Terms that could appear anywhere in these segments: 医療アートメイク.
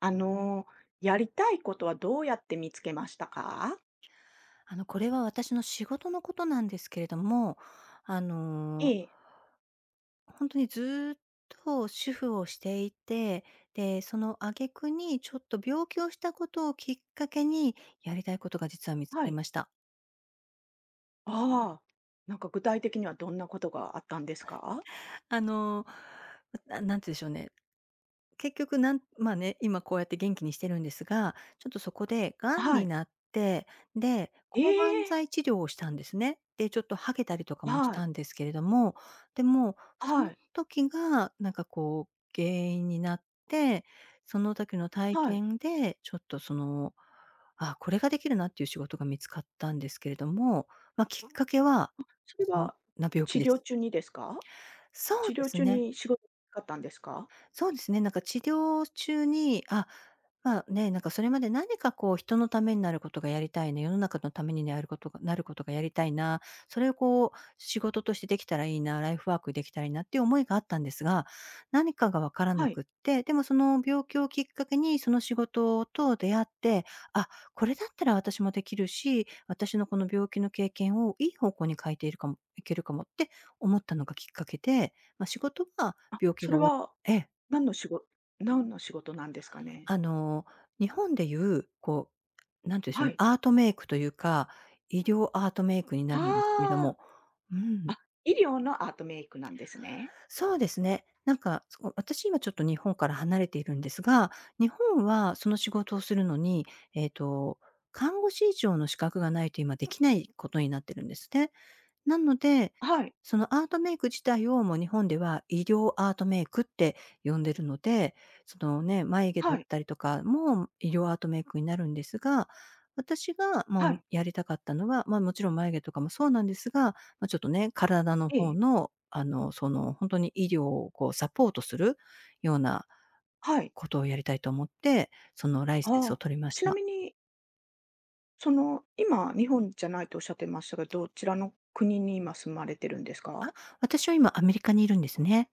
あの、やりたいことはどうやって見つけましたか？これは私の仕事のことなんですけれども、あえの、え。ほんとにずっと主婦をしていて、で、その挙句にちょっと病気をしたことをきっかけに、やりたいことが実は見つはかりい。ました。ああ、具体的にはどんなことがあったんですか？あの、なんて言うんでしょうね、結局まあね、今こうやって元気にしてるんですが、ちょっとそこで癌はにい。なって、で、え抗がんえ！剤治療をしたんですね。で、ちょっと剥げたりとかもしはい。たんですけれども、でも、そはのい。時がなんかこう原因になって、その時の体はい。験でちょっとあ、これができるなっていう仕事が見つかったんですけれども、まあ、きっかけは、それそんはな病気治で療す。中にですか？そう治で療す中ね。に仕事があったんですか？そうですね、なんか治療中に、あ、まあ、ね、なんかそれまで何かこう人のためになることがやりたいな、世の中のためになることがやりたいな、それをこう仕事としてできたらいいな、ライフワークできたらいいなっていう思いがあったんですが、何かがわからなはい。くって、でもその病気をきっかけにその仕事と出会って、あ、これだったら私もできるし、私のこの病気の経験をいい方向に変えているかもいけるかもって思ったのがきっかけで、まあ、仕事はあ、病気それが終わっはてえ。何の仕事、何の仕事なんですかね？あの、日本でいう、こう、なんて言うんでしょはうね、い。アートメイクというか、医療アートメイクになるんですけれどあも、うん、あ、あ、医療のアートメイクなんですね。そうですね。なんか、そこ私今ちょっと日本から離れているんですが、日本はその仕事をするのに、えっと、看護師以上の資格がないと今できないことになってるんですね。なので、はい。そのアートメイク自体をもう日本では医療アートメイクって呼んでるので、そのね、眉毛だはっい。たりとかも医療アートメイクになるんですが、私が、ま、はい。やりたかったのは、ま、もちろん眉毛とかもそうなんですが、まあ、ちょっとね、体のえ方え。の、本当に医療をこうサポートするようなはい。ことをやりたいと思って、そのライセンあスをあ、取りましちなた。みに、その、今、日本じゃないとおっしゃってましたが、どちらの国に今住まれてるんですか？私は今アメリカにいるんですね。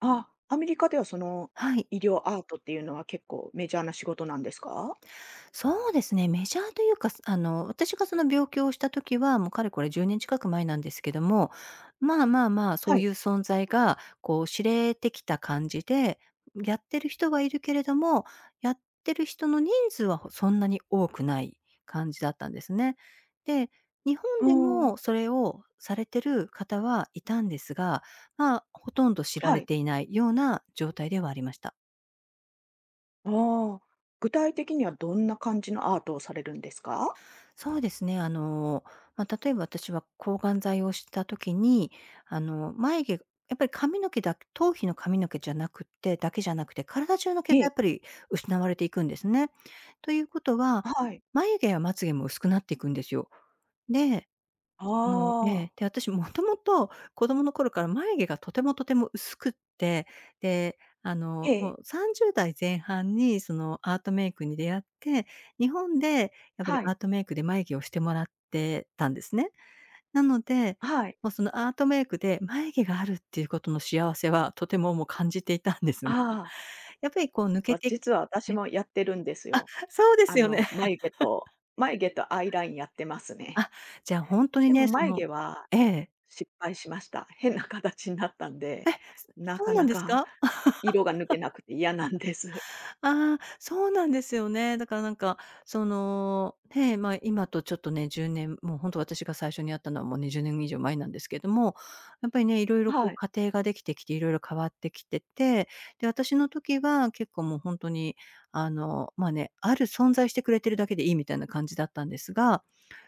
あ、アメリカではその、はい。医療アートっていうのは結構メジャーな仕事なんですか？そうですね、メジャーというか、あの、私がその病気をした時は、もうかれこれ10年近く前なんですけども、まあ、そはういい。う存在が、こう知れてきた感じで、やってる人はいるけれども、やってる人の人数はそんなに多くない感じだったんですね。で、日本あでー、もそれをされてる方はいたんですが、まあ、ほとんど知らはれい。ていないような状態ではありました。ああ、具体的にはどんな感じのアートをされるんですか？そうですね。まあ、例えば私は抗がん剤をした時に、眉毛やっぱり髪の毛だ頭皮の髪の毛じゃなくてだけじゃなくて、体中の毛えがえ。やっぱり失われていくんですね。ということは、はい。眉毛やまつ毛も薄くなっていくんですよ。であえあ。え、で、私もともと子供の頃から眉毛がとてもとても薄くって、で、あえの、もえ。う30代前半にそのアートメイクに出会って、日本でやっぱりはい。アートメイクで眉毛をしてもらってたんですね。なので、はい。もうそのアートメイクで眉毛があるっていうことの幸せはとてももう感じていたんですが、あ やっぱりこうあ、抜けてき実は私え、も やってるんですよ。そうであすよの、ね。眉毛とアイラインやってます ね。あ、じゃあほんとにでもね、そ眉の毛はええ。失敗しました。変な形になったんで、え、なそかうななんですかか？色が抜けなくて嫌なんです。ああ、そうなんですよね。だからなんか、その、ね、まあ、今とちょっとね、10年、もう本当私が最初に会ったのはもう20年以上前なんですけども、やっぱりね、いろいろこうはい。家庭ができてきて、いろいろ変わってきてて、で、私の時は結構もう本当に、あの、まあね、ある存在してくれてるだけでいいみたいな感じだったんですが、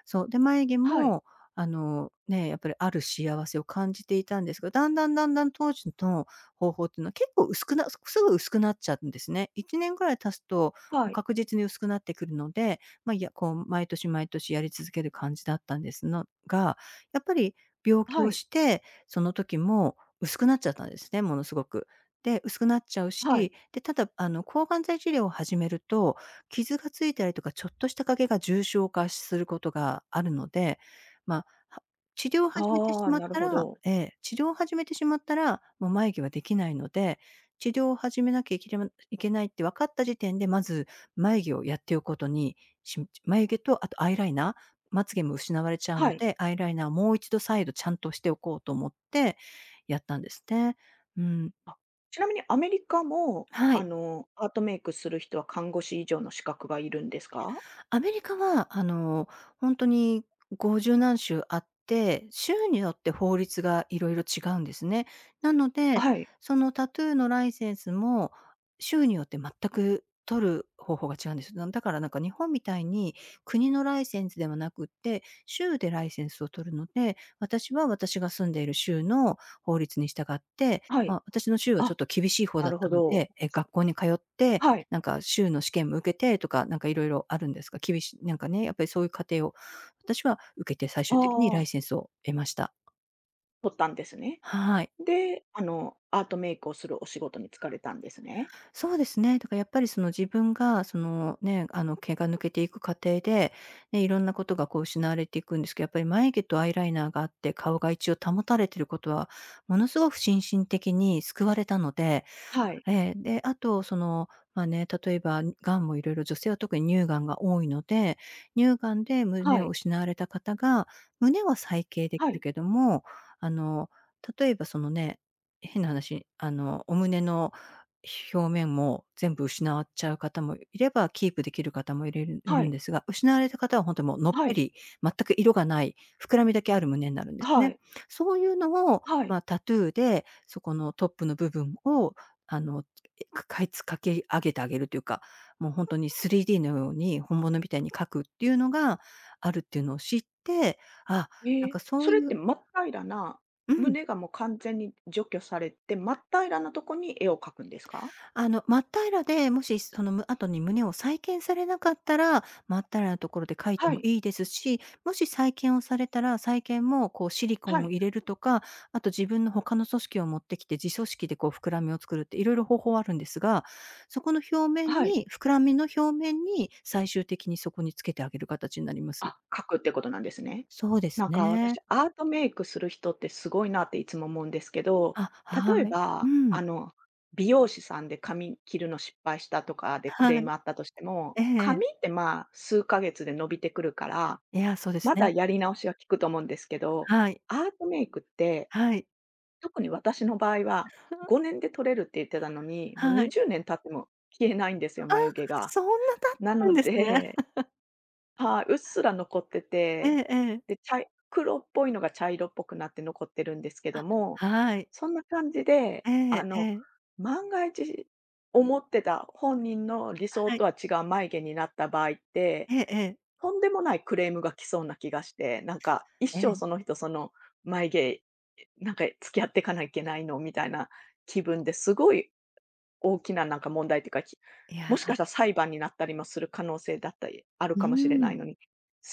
そう、で、眉毛はい。も、あの、ね、やっぱりある幸せを感じていたんですが、だんだんだんだん当時と方法っていうのは結構薄くなすぐ薄くなっちゃうんですね。1年ぐらい経つと、はい。確実に薄くなってくるので、まあ、いや、こう毎年毎年やり続ける感じだったんですが、やっぱり病気はをい。して、その時も薄くなっちゃったんですね、ものすごく。で、薄くなっちゃうはい。し、で、ただ、あの、抗がん剤治療を始めると、傷がついたりとか、ちょっとした影が重症化することがあるので、ま、治療を始めてあしあ、まっなるたほらど。ええ、治療を始めてしまったら、もう眉毛はできないので、治療を始めなきゃいけまいけないって分かった時点で、まず眉毛をやっておくことに、眉毛とあとアイライナー、まつげも失われちゃうのはい。で、アイライナーをもう一度ちゃんとしておこうと思ってやったんですね。うん、あ、ちなみにアメリカも、はあい。の、アートメイクする人は看護師以上の資格がいるんですか？アメリカは、あの、ほんに50何州あって、州によって法律がいろいろ違うんですね。なので、はい。そのタトゥーのライセンスも、州によって全く取る方法が違うんです。だからなんか日本みたいに、国のライセンスではなくって、州でライセンスを取るので、私が住んでいる州の法律に従って、はまい。あ、私の州はちょあ、っと厳しい方なだっるほたのど。で、え、学校に通って、はい。なんか州の試験も受けてとか、なんかいろいろあるんですが厳しいなんかね、やっぱりそういう過程を、私は受けて最あ終的にライあ、センスを得ました。取ったんですね。はい。で、あの、アートメイクをするお仕事に就かれたんですね。そうですね、だからやっぱりその自分がそのね、あの毛が抜けていく過程で、ね、いろんなことがこう失われていくんですけど、やっぱり眉毛とアイライナーがあって、顔が一応保たれてることは、ものすごく心身的に救われたので、はい。ええ、で、あとその、まあね、例えばがんもいろいろ女性は特に乳がんが多いので、乳がんで胸はをい。失われた方が、胸は再建ではきるい。けども、あの、例えばそのね、変な話、あの、お胸の表面も全部失っちゃう方もいれば、キープできる方もいはるんい。ですが、失われた方は本当にもうのっはぺい。り、全く色がない、膨らみだけある胸になるんですはね。い。そういうのを、はい。まあ、タトゥーで、そこのトップの部分をあの、かいつかけ上げてあげるというか、もう本当に 3D のように本物みたいに描くっていうのがあるっていうのを知って、あ、えなんかえ、そそうれっいうて真っ平らな、うん。胸がもう完全に除去されて、真っ平らなとこに絵を描くんですか？真っ平らで、もしその後に胸を再建されなかったら、真っ平らなところで書いてはもい。いいですし、もし再建をされたら、再建もこうシリコはンをい。入れるとか、あと自分の他の組織を持ってきて、自組織でこう膨らみを作るっていろいろ方法はあるんですが、そこの表面はい。に膨らみの表面に最終的にそこにつけてあげる形になります。あ、描くってことなんですね。そうですなんか私、ね。アートメイクする人ってすごいなっていつも思うんですけど、あ、例えはい。うば、ん。あの、美容師さんで髪切るの失敗したとかでクレはームい。あったとしても、ええ。髪ってまあ、数ヶ月で伸びてくるから、いや、そうですまだね。やり直しが効くと思うんですけど、はい。アートメイクってはい。特に私の場合は、5 年で取れるって言ってたのに、もうはい。20年経っても消えないんですよ、ああ、眉毛が。そんな経っなてるんのですね。で、はい、うっすら残ってえて、えええ。で、黒っぽいのが茶色っぽくなって残ってるんですけども、はい。そんな感じで、えあええの、え。万が一思ってた本人の理想はとい。は違う眉毛になった場合ってええええ。とんでもないクレームが来そうな気がして、なんか一え生え。その人、その眉毛、なんか付き合っていかなきゃいけないのみたいな気分ですごい大きななんか問題というか、いもや、しかしたら裁判になったりもする可能性だったり、あるうかもしれーないん。のに、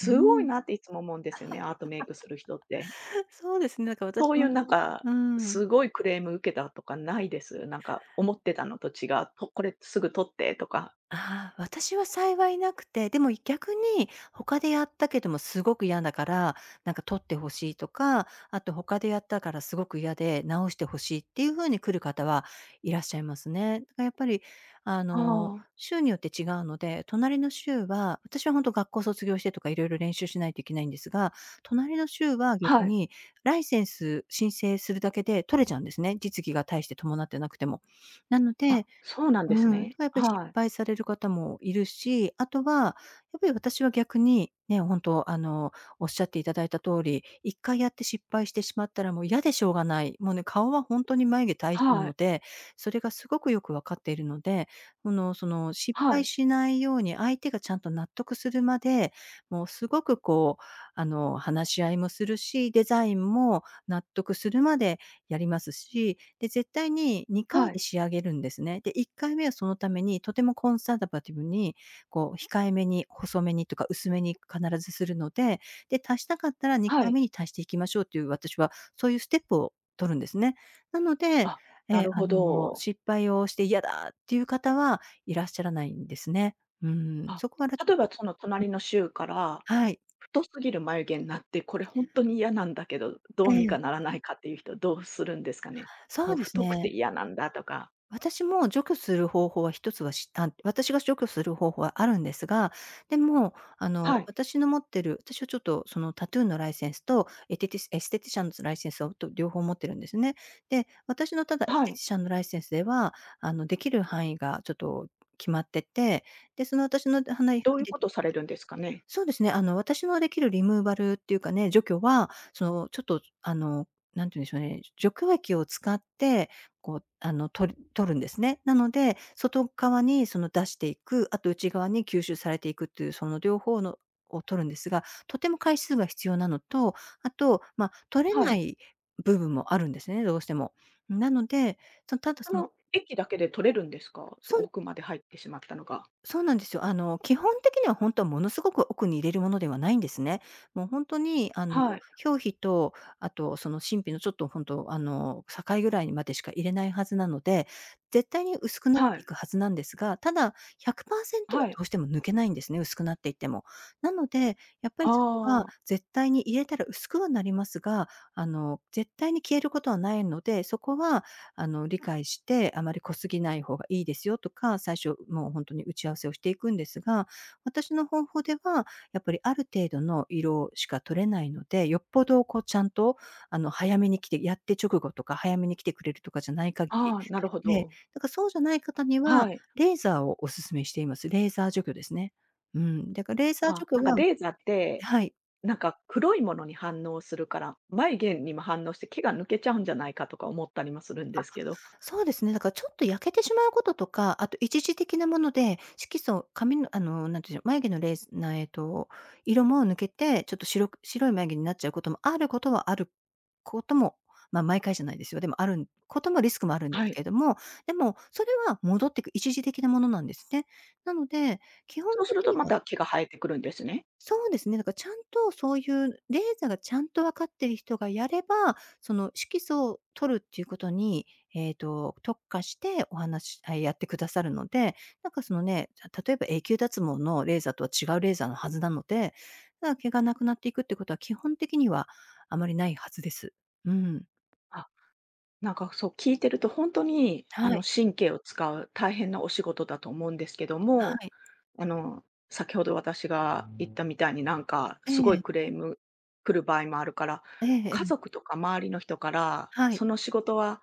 うごーいん。なっていつも思うんですよね、アートメイクする人って。そうですね、だからそ私ういもうなんね、か、うーん。すごいクレーム受けたとかないです。なんか思ってたのと違う、とこれすぐ取ってとか。ああ、私は幸いなくて、でも逆に他でやったけどもすごく嫌だから、なんか取ってほしいとか、あと他でやったからすごく嫌で直してほしいっていう風に来る方はいらっしゃいますね。だからやっぱり、ああ、州によって違うので、隣の州は、私は本当学校卒業してとかいろいろ練習しないといけないんですが、隣の州は逆はい。にライセンス申請するだけで取れちゃうんですね、実技が大して伴ってなくても。なのあ、でそうなんですうん、とね。はやっぱり失はい。敗される方もいるし、あとは、やっぱり私は逆に、ね、本当おっしゃっていただいた通り、一回やって失敗してしまったらもう嫌でしょうがない。もうね、顔は本当に眉毛大事なはのい。で、それがすごくよく分かっているので、この、その失は敗い。しないように相手がちゃんと納得するまで、もうすごくこう、話し合いもするし、デザインも納得するまでやりますし、で、絶対に2は回でい。仕上げるんですね。で、1回目はそのためにとてもコンサーバティブに、こう控えめに、細めにとか薄めに必ずするので、で、足したかったらは2回い。目に足していきましょうという私はそういうステップを取るんですね。なので、あ、なえ、るあほの、ど。失敗をして嫌だっていう方はいらっしゃらないんですね。うーん、あ、そこはちょ例っえばとその隣の州から、はい。太すぎる眉毛になって、これ本当に嫌なんだけど、どえうにえ。かならないかっていう人どうするんですかね？そもううです太くてね。嫌なんだとか。私も除去する方法は一つはしあ、私が除去する方法はあるんですが、でも、はい。私の持ってる私はちょっとそのタトゥーのライセンスとエステティシャンのライセンスと両方持ってるんですね。で、私のただエスはテテい。ィシャンのライセンスでは、できる範囲がちょっと決まってて、で、その私のはないど範うい囲うでことされるんですかね？そうですね、私のできるリムーバルっていうかね、除去は、その、ちょっと、なんて言うんでしょうね、除去液を使って、こう、取るんですね。なので、外側にその出していく、あと内側に吸収されていくっていう、その両方のを取るんですが、とても回数が必要なのと、あと、まあ、取れはない。い部分もあるんですね、どうしても。なので、その、ただそそのの駅だけで取れるんですか？そう、そう奥まで入ってしまったのが。そうなんですよ。基本的には本当はものすごく奥に入れるものではないんですね。もう本当に、はい。表皮と、あとその真皮のちょっと本当境ぐらいにまでしか入れないはずなので、絶対に薄くなっはていい。くはずなんですが、ただ100%ははい。どうしても抜けないんですね、薄くなっていっても。なので、やっぱありそこはあ。絶対に入れたら薄くはなりますが、絶対に消えることはないので、そこは理解して、あまり濃すぎない方がいいですよとか、最初もう本当に打ち合わせをしていくんですが、私の方法では、やっぱりある程度の色しか取れないので、よっぽどこうちゃんと、早めに来てやって直後とか早めに来てくれるとかじゃない限り、ああ、なるほえど。だからそうじゃない方にはは、い。レーザーをお勧めしています。レーザー除去ですね。うん、だからレーザーは除あ。去なんかはレーザーってはい。なんか黒いものに反応するから、眉毛にも反応して毛が抜けちゃうんじゃないかとか思ったりもするんですけど、そうですね、だからちょっと焼けてしまうこととか、あと一時的なもので、色素、髪の、なんていうんでしょう、眉毛のレースな、えっと、色も抜けて、ちょっと白い眉毛になっちゃうこともあることはあることも、まあ、毎回じゃないですよ。でもあることもリスクもあるんではすい。けれども、でも、それは戻っていく一時的なものなんですね。なので、基本そうする的とにまはた毛が生えてくるんですね。そうですね。だからちゃんとそういうレーザーがちゃんと分かってる人がやれば、その色素を取るっていうことに、特化してお話あ、やってくださるので、なんかそのね、例えば永久脱毛のレーザーとは違うレーザーのはずなので、だから毛がなくなっていくってことは基本的にはあまりないはずです。うん。あ。なんかそう聞いてると本当にあはのい。神経を使う大変なお仕事だと思うんですけどはも、い。あの先ほど私が言ったみたいになんかえすごいえ。クレーム来る場合もあるから、えええ家族え。とか周りの人から、はそい。の仕事は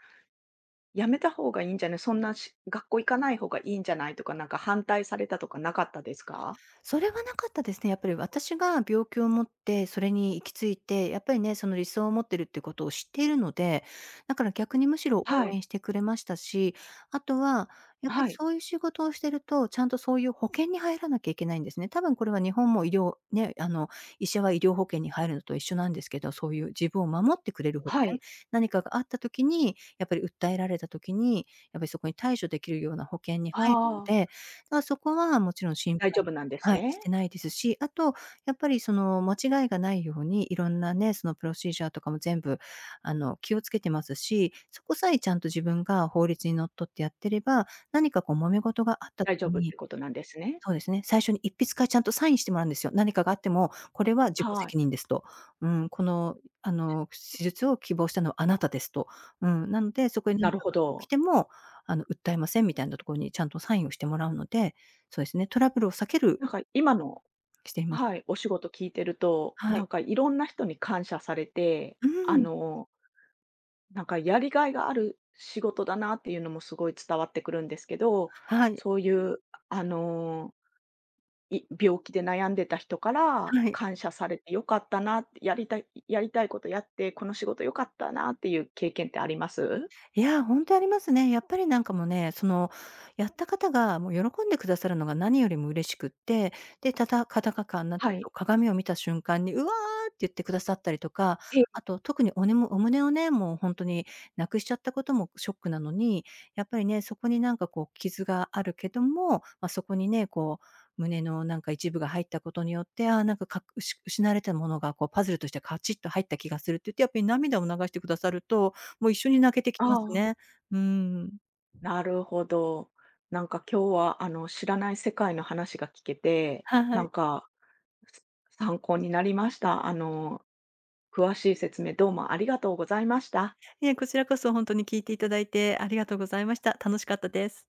やめた方がいいんじゃない、そんなし学校行かない方がいいんじゃないとか、なんか反対されたとかなかったですか？それはなかったですね。やっぱり私が病気を持って、それに行き着いて、やっぱりね、その理想を持ってるっていうことを知っているので、だから逆にむしろは応い。援してくれましたし、あとは、やっぱりはい。そういう仕事をしてると、ちゃんとそういう保険に入らなきゃいけないんですね。多分これは日本も医療、ね、医者は医療保険に入るのと一緒なんですけど、そういう自分を守ってくれる保は険、い。何かがあった時に、やっぱり訴えられた時に、やっぱりそこに対処できるような保険に入るのああ、で、だからそこはもちろん心大丈配夫なんですはい、ね。してないですし、あと、やっぱりその、間違いがないように、いろんなね、そのプロシージャーとかも全部、気をつけてますし、そこさえちゃんと自分が法律にのっとってやってれば、何かこう揉め事があった時大丈夫ってにことなんですね。そうですね、最初に一筆からちゃんとサインしてもらうんですよ。何かがあっても、これは自己は責い。任ですと。うん、この、あの、手術を希望したのはあなたですと。うん、なので、そこにな何るかほが起きど。ても、訴えませんみたいなところにちゃんとサインをしてもらうので、そうですね、トラブルを避けるなんか今の、しています。はい、お仕事聞いてると、はない。んかいろんな人に感謝されて、うあん。の、なんかやりがいがある仕事だなっていうのもすごい伝わってくるんですけど、はい。そういう、あの、病気で悩んでた人からはい。感謝されて良かったなって、やりたいことやって、この仕事良かったなっていう経験ってあります？いや、本当にありますね。やっぱりなんかもうね、その、やった方がもう喜んでくださるのが何よりも嬉しくって、で、たたかたかかなんはていうんでしょい。う、鏡を見た瞬間に「うわ！」ーって言ってくださったりとか、ええ。あと特にお胸をね、もう本当になくしちゃったこともショックなのに、やっぱりね、そこになんかこう傷があるけども、まあ、そこにね、こう胸のなんか一部が入ったことによって、ああ、なんか失われたものがこうパズルとしてカチッと入った気がするって言って、やっぱり涙を流してくださるともう一緒に泣けてきあますあ、ね。うん。なるほど。なんか今日はあの、知らない世界の話が聞けて、はなんい。か、す参考になりました。あの、詳しい説明どうもありがとうございました。いえ、こちらこそほんとに聞いていただいてありがとうございました。楽しかったです。